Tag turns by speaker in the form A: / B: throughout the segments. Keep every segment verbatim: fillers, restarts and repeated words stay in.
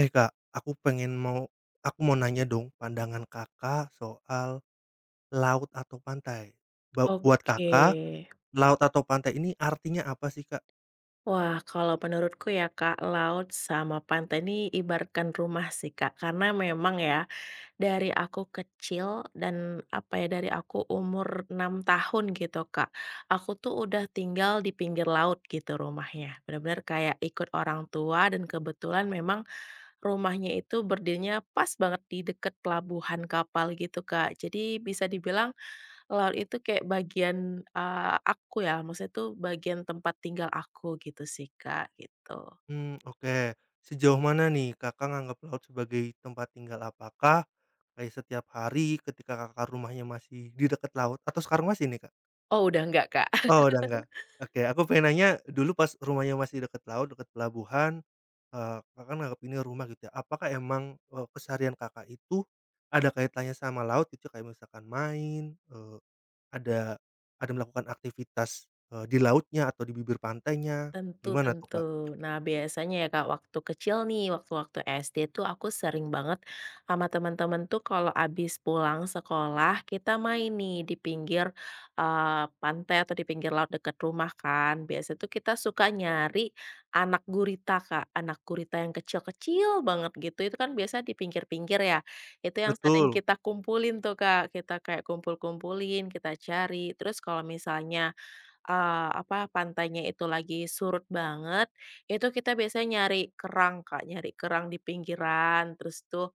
A: Eh, Kak, aku pengen mau aku mau nanya dong pandangan Kakak soal laut atau pantai. Ba buat
B: Oke.
A: Kakak, laut atau pantai ini artinya apa sih, Kak?
B: Wah, kalau menurutku ya Kak, laut sama pantai ini ibaratkan rumah sih Kak. Karena memang ya, dari aku kecil dan apa ya, dari aku umur enam tahun gitu Kak, aku tuh udah tinggal di pinggir laut gitu rumahnya. Benar-benar kayak ikut orang tua dan kebetulan memang rumahnya itu berdirinya pas banget di deket pelabuhan kapal gitu Kak. Jadi bisa dibilang laut itu kayak bagian, eee, aku ya, maksudnya tuh bagian tempat tinggal aku gitu sih, Kak, gitu.
A: Hmm, oke. Sejauh mana nih Kakak nganggap laut sebagai tempat tinggal? Apakah kayak setiap hari ketika Kakak rumahnya masih di dekat laut atau sekarang masih nih, Kak?
B: Oh, udah nggak, Kak?
A: Oh, udah nggak. Oke, aku pengen nanya, dulu pas rumahnya masih dekat laut, dekat pelabuhan, eee, Kakak kan nganggep ini rumah gitu ya, apakah emang, eee, keseharian Kakak itu ada kaitannya sama laut gitu, ya? Kayak misalkan main, eee, ada ada melakukan aktivitas, eee, di lautnya atau di bibir pantainya,
B: Tentu
A: gimana
B: tentu.
A: tuh, Kak?
B: Nah, biasanya ya Kak, waktu kecil nih, waktu-waktu S D tuh aku sering banget sama teman-teman tuh kalau abis pulang sekolah, kita main nih di pinggir, eee, pantai atau di pinggir laut dekat rumah kan. Biasa tuh kita suka nyari anak gurita Kak, anak gurita yang kecil-kecil banget gitu, itu kan biasa di pinggir-pinggir ya. Itu yang sering
A: Betul,
B: kita kumpulin tuh Kak, kita kayak kumpul-kumpulin, kita cari. Terus kalau misalnya eee, apa, pantainya itu lagi surut banget, itu kita biasanya nyari kerang, Kak, nyari kerang di pinggiran, terus tuh,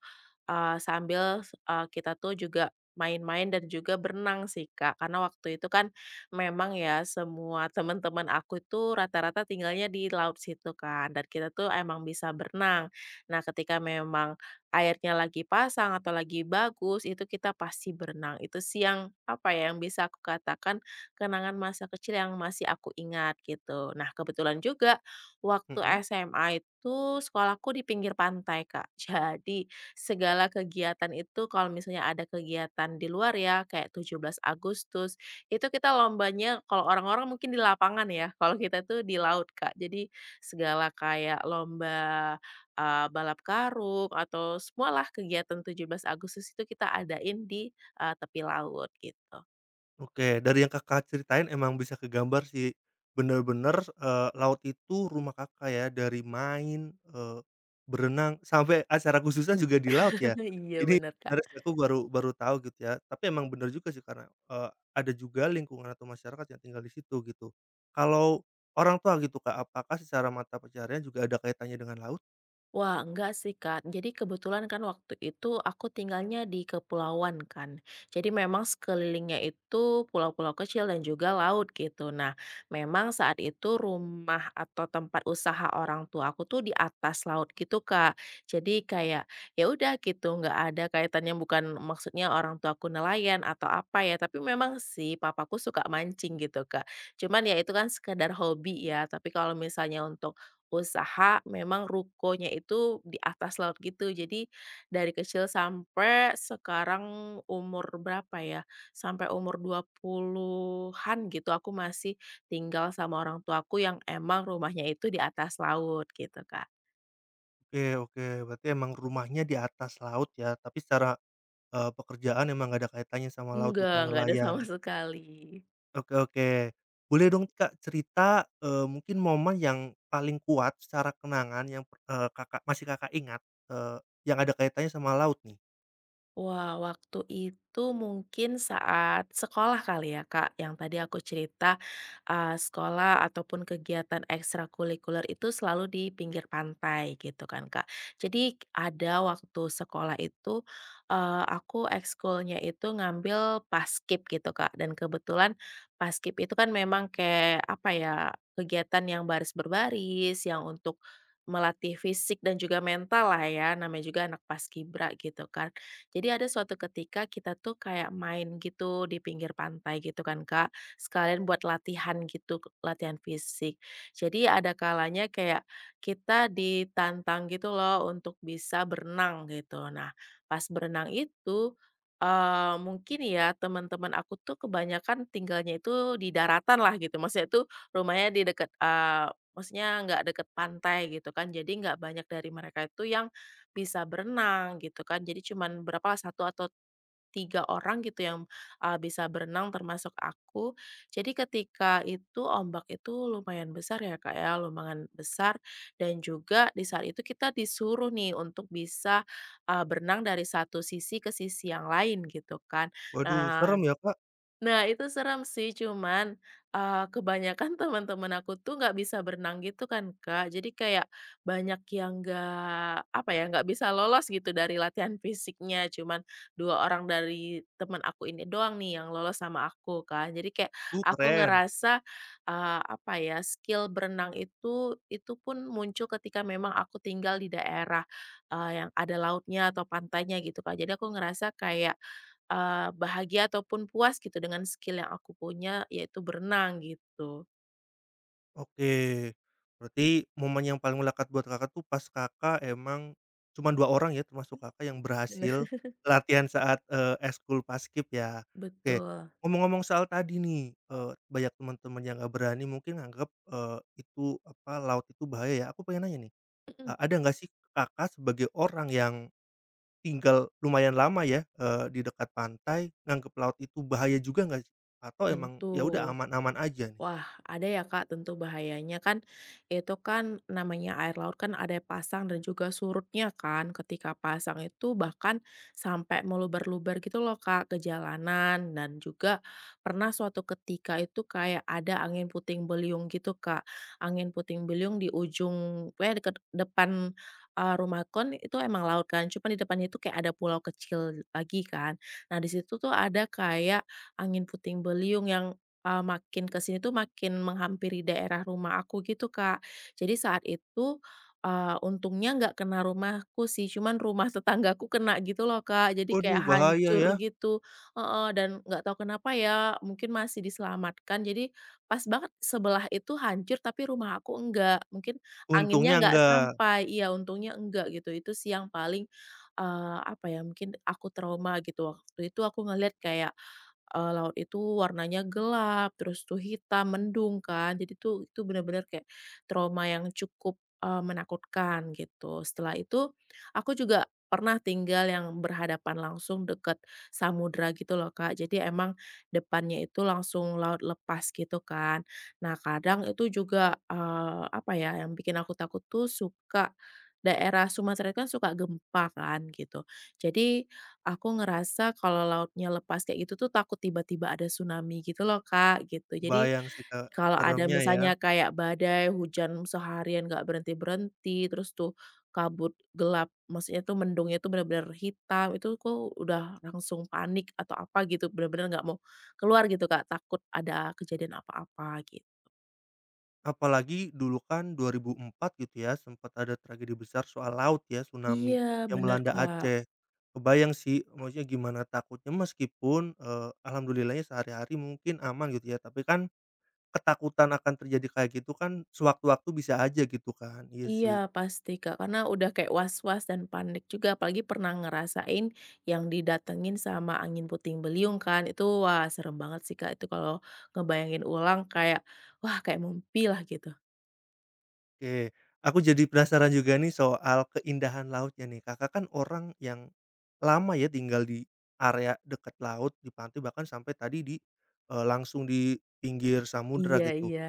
B: eee, sambil, eee, kita tuh juga main-main dan juga berenang sih, Kak. Karena waktu itu kan memang ya semua teman-teman aku itu rata-rata tinggalnya di laut situ kan, dan kita tuh emang bisa berenang. Nah, ketika memang airnya lagi pasang atau lagi bagus, itu kita pasti berenang. Itu sih yang, apa ya, yang bisa aku katakan kenangan masa kecil yang masih aku ingat gitu. Nah, kebetulan juga waktu
A: mhm.
B: S M A itu sekolahku di pinggir pantai, Kak. Jadi segala kegiatan itu kalau misalnya ada kegiatan di luar ya, kayak tujuh belas Agustus, itu kita lombanya kalau orang-orang mungkin di lapangan ya, kalau kita tuh di laut, Kak. Jadi segala kayak lomba, eee, balap karung atau semualah kegiatan tujuh belas Agustus itu kita adain di, eee, tepi laut gitu.
A: Oke, dari yang Kakak ceritain emang bisa kegambar sih, bener-bener, eee, laut itu rumah Kakak ya, dari main, eee, berenang, sampai acara khususnya juga di laut ya?
B: Iya
A: Ini
B: bener, Kak.
A: menarik sih, aku baru baru tahu gitu ya, tapi emang bener juga sih karena, eee, ada juga lingkungan atau masyarakat yang tinggal di situ gitu. Kalau orang tua gitu Kak, apakah secara mata pencaharian juga ada kaitannya dengan laut?
B: Wah, enggak sih, Kak. Jadi kebetulan kan waktu itu aku tinggalnya di kepulauan kan. Jadi memang sekelilingnya itu pulau-pulau kecil dan juga laut gitu. Nah, memang saat itu rumah atau tempat usaha orang tua aku tuh di atas laut gitu, Kak. Jadi kayak ya udah gitu, enggak ada kaitannya bukan maksudnya orang tua aku nelayan atau apa ya, tapi memang sih papaku suka mancing gitu, Kak. Cuman ya itu kan sekedar hobi ya, tapi kalau misalnya untuk usaha memang rukonya itu di atas laut gitu. Jadi dari kecil sampai sekarang umur berapa ya, sampai umur dua puluhan-an gitu aku masih tinggal sama orang tuaku yang emang rumahnya itu di atas laut gitu, Kak.
A: Oke oke, berarti emang rumahnya di atas laut ya, tapi secara, eee, pekerjaan emang nggak ada kaitannya sama laut,
B: Enggak,
A: bukan
B: enggak ada
A: nelayan.
B: sama sekali.
A: Oke oke. Boleh dong Kak cerita, eee, mungkin momen yang paling kuat secara kenangan yang, eee, Kakak masih Kakak ingat, eee, yang ada kaitannya sama laut nih?
B: Wah, waktu itu mungkin saat sekolah kali ya, Kak, yang tadi aku cerita, eee, sekolah ataupun kegiatan ekstrakurikuler itu selalu di pinggir pantai gitu kan, Kak. Jadi ada waktu sekolah itu, eee, aku ekskulnya itu ngambil Paskib gitu, Kak, dan kebetulan Paskib itu kan memang kayak apa ya, kegiatan yang baris berbaris, yang untuk melatih fisik dan juga mental lah ya, namanya juga anak paskibra gitu kan. Jadi ada suatu ketika kita tuh kayak main gitu di pinggir pantai gitu kan Kak, sekalian buat latihan gitu, latihan fisik. Jadi ada kalanya kayak kita ditantang gitu loh untuk bisa berenang gitu. Nah, pas berenang itu, eee, mungkin ya teman-teman aku tuh kebanyakan tinggalnya itu di daratan lah gitu, maksudnya itu rumahnya di dekat, eee, maksudnya nggak deket pantai gitu kan, jadi nggak banyak dari mereka itu yang bisa berenang gitu kan. Jadi cuman berapa, satu atau tiga orang gitu yang, eee, bisa berenang termasuk aku. Jadi ketika itu ombak itu lumayan besar ya, Kak, ya, lumayan besar dan juga di saat itu kita disuruh nih untuk bisa, eee, berenang dari satu sisi ke sisi yang lain gitu kan.
A: Waduh
B: Nah
A: serem ya Kak?
B: Nah, itu serem sih, cuman, eee, kebanyakan teman-teman aku tuh nggak bisa berenang gitu kan, Kak. Jadi kayak banyak yang nggak, apa ya, nggak bisa lolos gitu dari latihan fisiknya. Cuman dua orang dari teman aku ini doang nih yang lolos sama aku kan. Jadi kayak
A: Uh,
B: aku
A: keren.
B: ngerasa, eee, apa ya, skill berenang itu itu pun muncul ketika memang aku tinggal di daerah, eee, yang ada lautnya atau pantainya gitu, Kak. Jadi aku ngerasa kayak, Eee, bahagia ataupun puas gitu dengan skill yang aku punya, yaitu berenang gitu.
A: Oke. Berarti momen yang paling melekat buat Kakak tuh pas Kakak emang cuman dua orang ya termasuk
B: Mmm,
A: Kakak yang
B: bener.
A: berhasil latihan saat, eee, eskul paskib ya? Oke.
B: Betul,
A: Ngomong-ngomong soal tadi nih, eee, banyak teman-teman yang nggak berani mungkin nganggep, eee, itu apa, laut itu bahaya ya? Aku pengen nanya nih.
B: mhm,
A: Eee, ada nggak sih Kakak sebagai orang yang tinggal lumayan lama ya, eee, di dekat pantai, nganggep laut itu bahaya juga nggak sih? Atau emang ya udah
B: tentu.
A: aman-aman aja nih?
B: Wah, ada ya Kak, tentu bahayanya kan, itu kan namanya air laut kan ada pasang dan juga surutnya kan. Ketika pasang itu bahkan sampai meluber-luber gitu loh Kak ke jalanan dan juga pernah suatu ketika itu kayak ada angin puting beliung gitu Kak. Angin puting beliung di ujung pokoknya deket depan, eee, rumah kon itu emang laut kan, cuman di depannya itu kayak ada pulau kecil lagi kan. Nah di situ tuh ada kayak angin puting beliung yang Eee, makin ke sini tuh makin menghampiri daerah rumah aku gitu, Kak. Jadi saat itu, eee, untungnya nggak kena rumahku sih, cuman rumah tetanggaku kena gitu loh, Kak. Jadi
A: Waduh
B: kayak
A: bahaya
B: hancur
A: ya,
B: gitu heeh, dan nggak tahu kenapa ya, mungkin masih diselamatkan. Jadi pas banget sebelah itu hancur, tapi rumah aku enggak. Mungkin anginnya
A: untungnya
B: nggak
A: enggak.
B: sampai iya, untungnya enggak gitu. Itu sih yang paling, eee, apa ya, mungkin aku trauma gitu. Waktu itu aku ngeliat kayak eee, laut itu warnanya gelap, terus tuh hitam, mendung kan. Jadi tuh itu benar-benar kayak trauma yang cukup, eee, menakutkan gitu. Setelah itu aku juga pernah tinggal yang berhadapan langsung deket samudra gitu loh, Kak. Jadi emang depannya itu langsung laut lepas gitu kan. Nah kadang itu juga, eee, apa ya, yang bikin aku takut tuh suka daerah Sumatera itu kan suka gempa kan gitu. Jadi aku ngerasa kalau lautnya lepas kayak gitu tuh takut tiba-tiba ada tsunami gitu loh, Kak, gitu. Jadi,
A: Bayang sih Kak,
B: kalau ada
A: seremnya ya.
B: misalnya kayak badai, hujan seharian nggak berhenti-berhenti, terus tuh kabut gelap, maksudnya tuh mendungnya tuh benar-benar hitam, itu aku udah langsung panik atau apa gitu, benar-benar nggak mau keluar gitu, Kak, takut ada kejadian apa-apa, gitu.
A: Apalagi dulu kan dua nol nol empat gitu ya, sempat ada tragedi besar soal laut ya, tsunami
B: Iya,
A: yang
B: bener,
A: melanda
B: Kak.
A: Aceh. Kebayang sih, maksudnya gimana takutnya meskipun, eee, alhamdulillahnya sehari-hari mungkin aman gitu ya, tapi kan ketakutan akan terjadi kayak gitu kan sewaktu-waktu bisa aja gitu kan, iya
B: Iya
A: sih.
B: pasti Kak, karena udah kayak was-was dan panik juga, apalagi pernah ngerasain yang didatengin sama angin puting beliung kan, itu wah serem banget sih Kak, itu kalau ngebayangin ulang kayak, wah kayak mimpi lah gitu.
A: Oke, aku jadi penasaran juga nih soal keindahan lautnya nih. Kakak kan orang yang lama ya tinggal di area dekat laut, di pantai bahkan sampai tadi di, eee, langsung di pinggir samudera
B: Iya
A: gitu.
B: iya.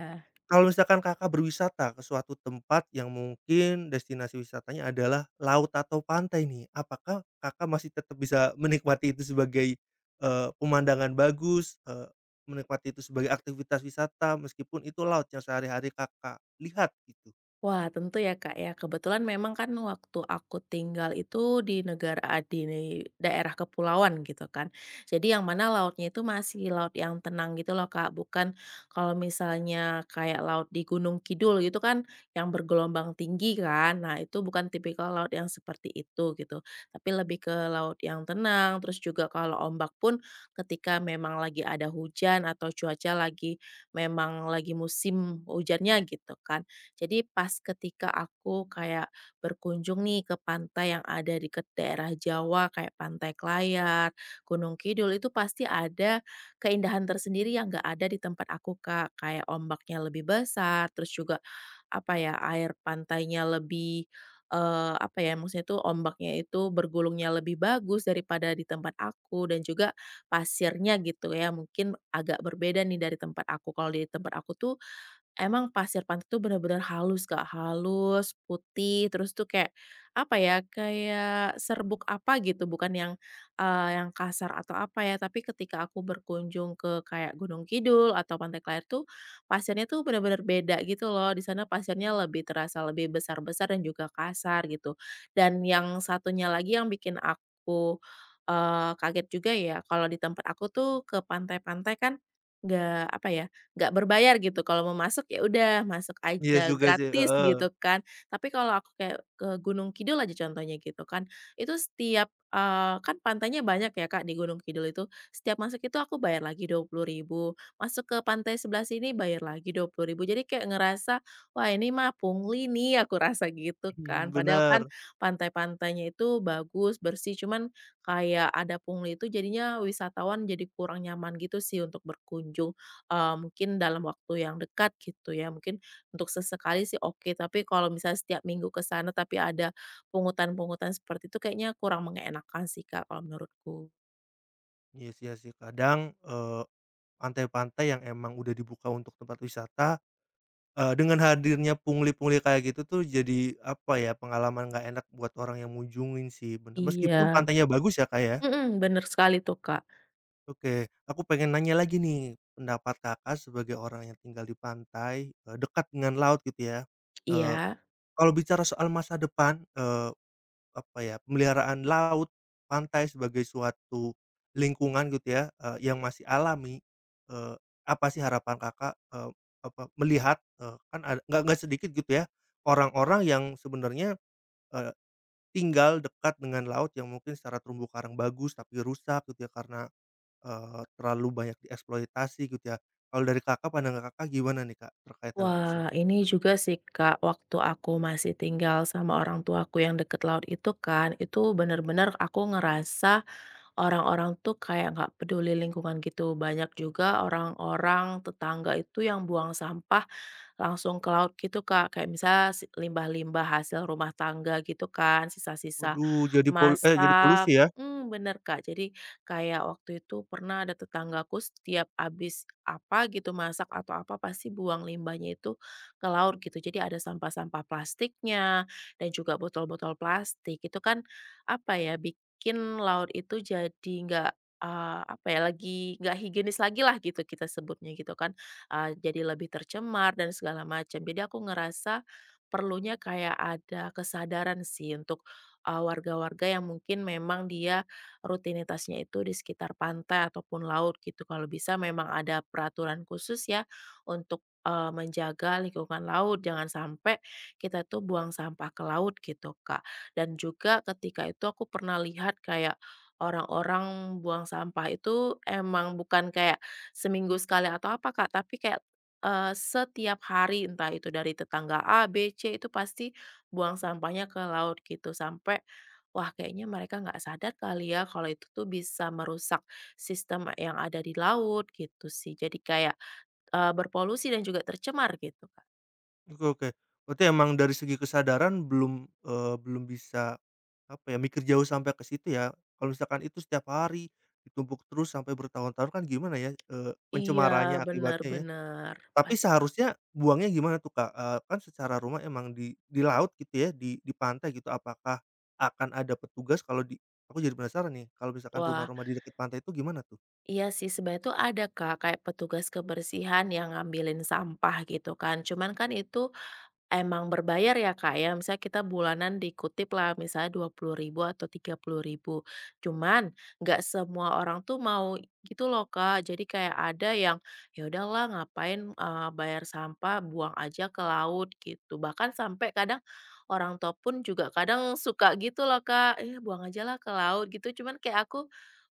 A: Kalau misalkan Kakak berwisata ke suatu tempat yang mungkin destinasi wisatanya adalah laut atau pantai nih, apakah Kakak masih tetap bisa menikmati itu sebagai, eee, pemandangan bagus, eee, menikmati itu sebagai aktivitas wisata meskipun itu laut yang sehari-hari Kakak lihat gitu?
B: Wah, tentu ya, Kak, ya. Kebetulan memang kan waktu aku tinggal itu di negara a di daerah kepulauan gitu kan. Jadi yang mana lautnya itu masih laut yang tenang gitu loh, Kak. Bukan kalau misalnya kayak laut di Gunung Kidul gitu kan yang bergelombang tinggi kan. Nah, itu bukan tipikal laut yang seperti itu gitu. Tapi lebih ke laut yang tenang, terus juga kalau ombak pun ketika memang lagi ada hujan atau cuaca lagi memang lagi musim hujannya gitu kan. Jadi pas ketika aku kayak berkunjung nih ke pantai yang ada di ke daerah Jawa kayak Pantai Klayar, Gunung Kidul itu pasti ada keindahan tersendiri yang nggak ada di tempat aku Kak, kayak ombaknya lebih besar, terus juga apa ya, air pantainya lebih, eee, apa ya, maksudnya itu ombaknya itu bergulungnya lebih bagus daripada di tempat aku dan juga pasirnya gitu ya mungkin agak berbeda nih dari tempat aku. Kalau di tempat aku tuh emang pasir pantai tuh bener-bener halus, Kak, halus, putih, terus tuh kayak, apa ya, kayak serbuk apa gitu, bukan yang, eee, yang kasar atau apa ya, tapi ketika aku berkunjung ke kayak Gunung Kidul atau Pantai Klair tuh, pasirnya tuh bener-bener beda gitu loh, di sana pasirnya lebih terasa lebih besar-besar dan juga kasar gitu. Dan yang satunya lagi yang bikin aku, eee, kaget juga ya, kalau di tempat aku tuh ke pantai-pantai kan nggak, apa ya nggak berbayar gitu, kalau mau masuk ya udah masuk
A: Iya
B: aja
A: juga sih,
B: gratis
A: heeh,
B: gitu kan. Tapi kalau aku kayak ke Gunung Kidul aja contohnya gitu kan, itu setiap eee, kan pantainya banyak ya Kak di Gunung Kidul itu, setiap masuk itu aku bayar lagi dua puluh ribu, masuk ke pantai sebelah sini bayar lagi dua puluh ribu. Jadi kayak ngerasa, "Wah ini mah pungli nih," aku rasa gitu
A: mhm,
B: kan. Padahal
A: bener.
B: kan pantai-pantainya itu bagus, bersih, cuman kayak ada pungli itu jadinya wisatawan jadi kurang nyaman gitu sih untuk berkunjung eee, mungkin dalam waktu yang dekat gitu ya, mungkin untuk sesekali sih oke, tapi kalau misalnya setiap minggu ke sana tapi ada pungutan-pungutan seperti itu kayaknya kurang mengenakan sih, Kak, kalau menurutku.
A: Iya sih iya sih, kadang, eee, pantai-pantai yang emang udah dibuka untuk tempat wisata. Eee, dengan hadirnya pungli-pungli kayak gitu tuh jadi, apa ya, pengalaman nggak enak buat orang yang mengunjungin sih, bener.
B: Iya.
A: Meskipun pantainya bagus ya, Kak, ya?
B: Mhm, bener sekali tuh, Kak.
A: Oke, aku pengen nanya lagi nih, pendapat Kakak sebagai orang yang tinggal di pantai, eee, dekat dengan laut gitu ya. Eee,
B: Iya.
A: Kalau bicara soal masa depan, eee apa ya, pemeliharaan laut, pantai sebagai suatu lingkungan gitu ya, eee, yang masih alami, eee, apa sih harapan Kakak, eee, apa, melihat, eee, kan ada nggak nggak sedikit gitu ya, orang-orang yang sebenarnya, eee, tinggal dekat dengan laut yang mungkin secara terumbu karang bagus, tapi rusak gitu ya karena, eee, terlalu banyak dieksploitasi gitu ya. Kalau dari Kakak, pandangan Kakak gimana nih Kak terkait hal tersebut?
B: Wah, ini juga sih, Kak, waktu aku masih tinggal sama orang tuaku yang deket laut itu kan, itu bener-bener aku ngerasa orang-orang tuh kayak nggak peduli lingkungan gitu. Banyak juga orang-orang tetangga itu yang buang sampah langsung ke laut gitu, Kak. Kayak misalnya si limbah-limbah hasil rumah tangga gitu kan, sisa-sisa
A: Waduh jadi pol eh, jadi polusi
B: masak
A: ya?
B: hmm bener, Kak. Jadi kayak waktu itu pernah ada tetanggaku setiap habis apa gitu, masak atau apa, pasti buang limbahnya itu ke laut gitu. Jadi ada sampah-sampah plastiknya dan juga botol-botol plastik. Itu kan apa ya, bikin laut itu jadi nggak, eee, apa ya, lagi nggak higienis lagi lah gitu kita sebutnya gitu kan eee, jadi lebih tercemar dan segala macam. Jadi aku ngerasa perlunya kayak ada kesadaran sih untuk, eee, warga-warga yang mungkin memang dia rutinitasnya itu di sekitar pantai ataupun laut gitu. Kalau bisa memang ada peraturan khusus ya untuk, eee, menjaga lingkungan laut, jangan sampai kita tuh buang sampah ke laut gitu, Kak. Dan juga ketika itu aku pernah lihat kayak orang-orang buang sampah itu emang bukan kayak seminggu sekali atau apa, Kak, tapi kayak, eee, setiap hari entah itu dari tetangga A B C itu pasti buang sampahnya ke laut gitu sampai, wah kayaknya mereka nggak sadar kali ya kalau itu tuh bisa merusak sistem yang ada di laut gitu sih. Jadi kayak, eee, berpolusi dan juga tercemar gitu, Kak.
A: Oke oke. Berarti emang dari segi kesadaran belum, eee, belum bisa, apa ya, mikir jauh sampai ke situ ya. Kalau misalkan itu setiap hari ditumpuk terus sampai bertahun-tahun kan gimana ya, eee,
B: Iya,
A: pencemarannya akibatnya ya.
B: benar-benar.
A: Tapi
B: pas
A: seharusnya buangnya gimana tuh, Kak? Eee, kan secara rumah emang di di laut gitu ya, di di pantai gitu. Apakah akan ada petugas kalau di aku jadi penasaran nih, kalau misalkan
B: Wah,
A: rumah-rumah di dekat pantai itu gimana tuh?
B: iya sih sebenarnya tuh ada, Kak, kayak petugas kebersihan yang ngambilin sampah gitu kan, cuman kan itu emang berbayar ya, Kak, ya? Misalnya kita bulanan dikutip lah, misalnya dua puluh ribu atau tiga puluh ribu. Cuman nggak semua orang tuh mau gitu loh, Kak. Jadi kayak ada yang, "Ya udahlah ngapain, eee, bayar sampah, buang aja ke laut," gitu. Bahkan sampai kadang orang tua pun juga kadang suka gitu loh, Kak, eh buang aja lah ke laut," gitu. Cuman kayak aku,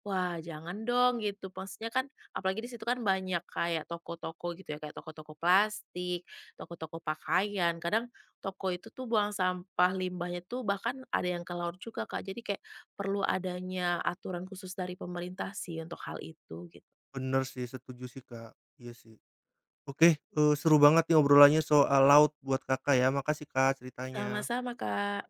B: "Wah, jangan dong," gitu. Maksudnya kan apalagi di situ kan banyak kayak toko-toko gitu ya, kayak toko-toko plastik, toko-toko pakaian, kadang toko itu tuh buang sampah limbahnya tuh bahkan ada yang ke laut juga, Kak. Jadi kayak perlu adanya aturan khusus dari pemerintah sih untuk hal itu, gitu.
A: Bener sih, setuju sih, Kak. Iya sih. Oke, eee, seru banget nih obrolannya soal laut buat Kakak ya. Makasih Kak ceritanya.
B: Sama-sama, Kak.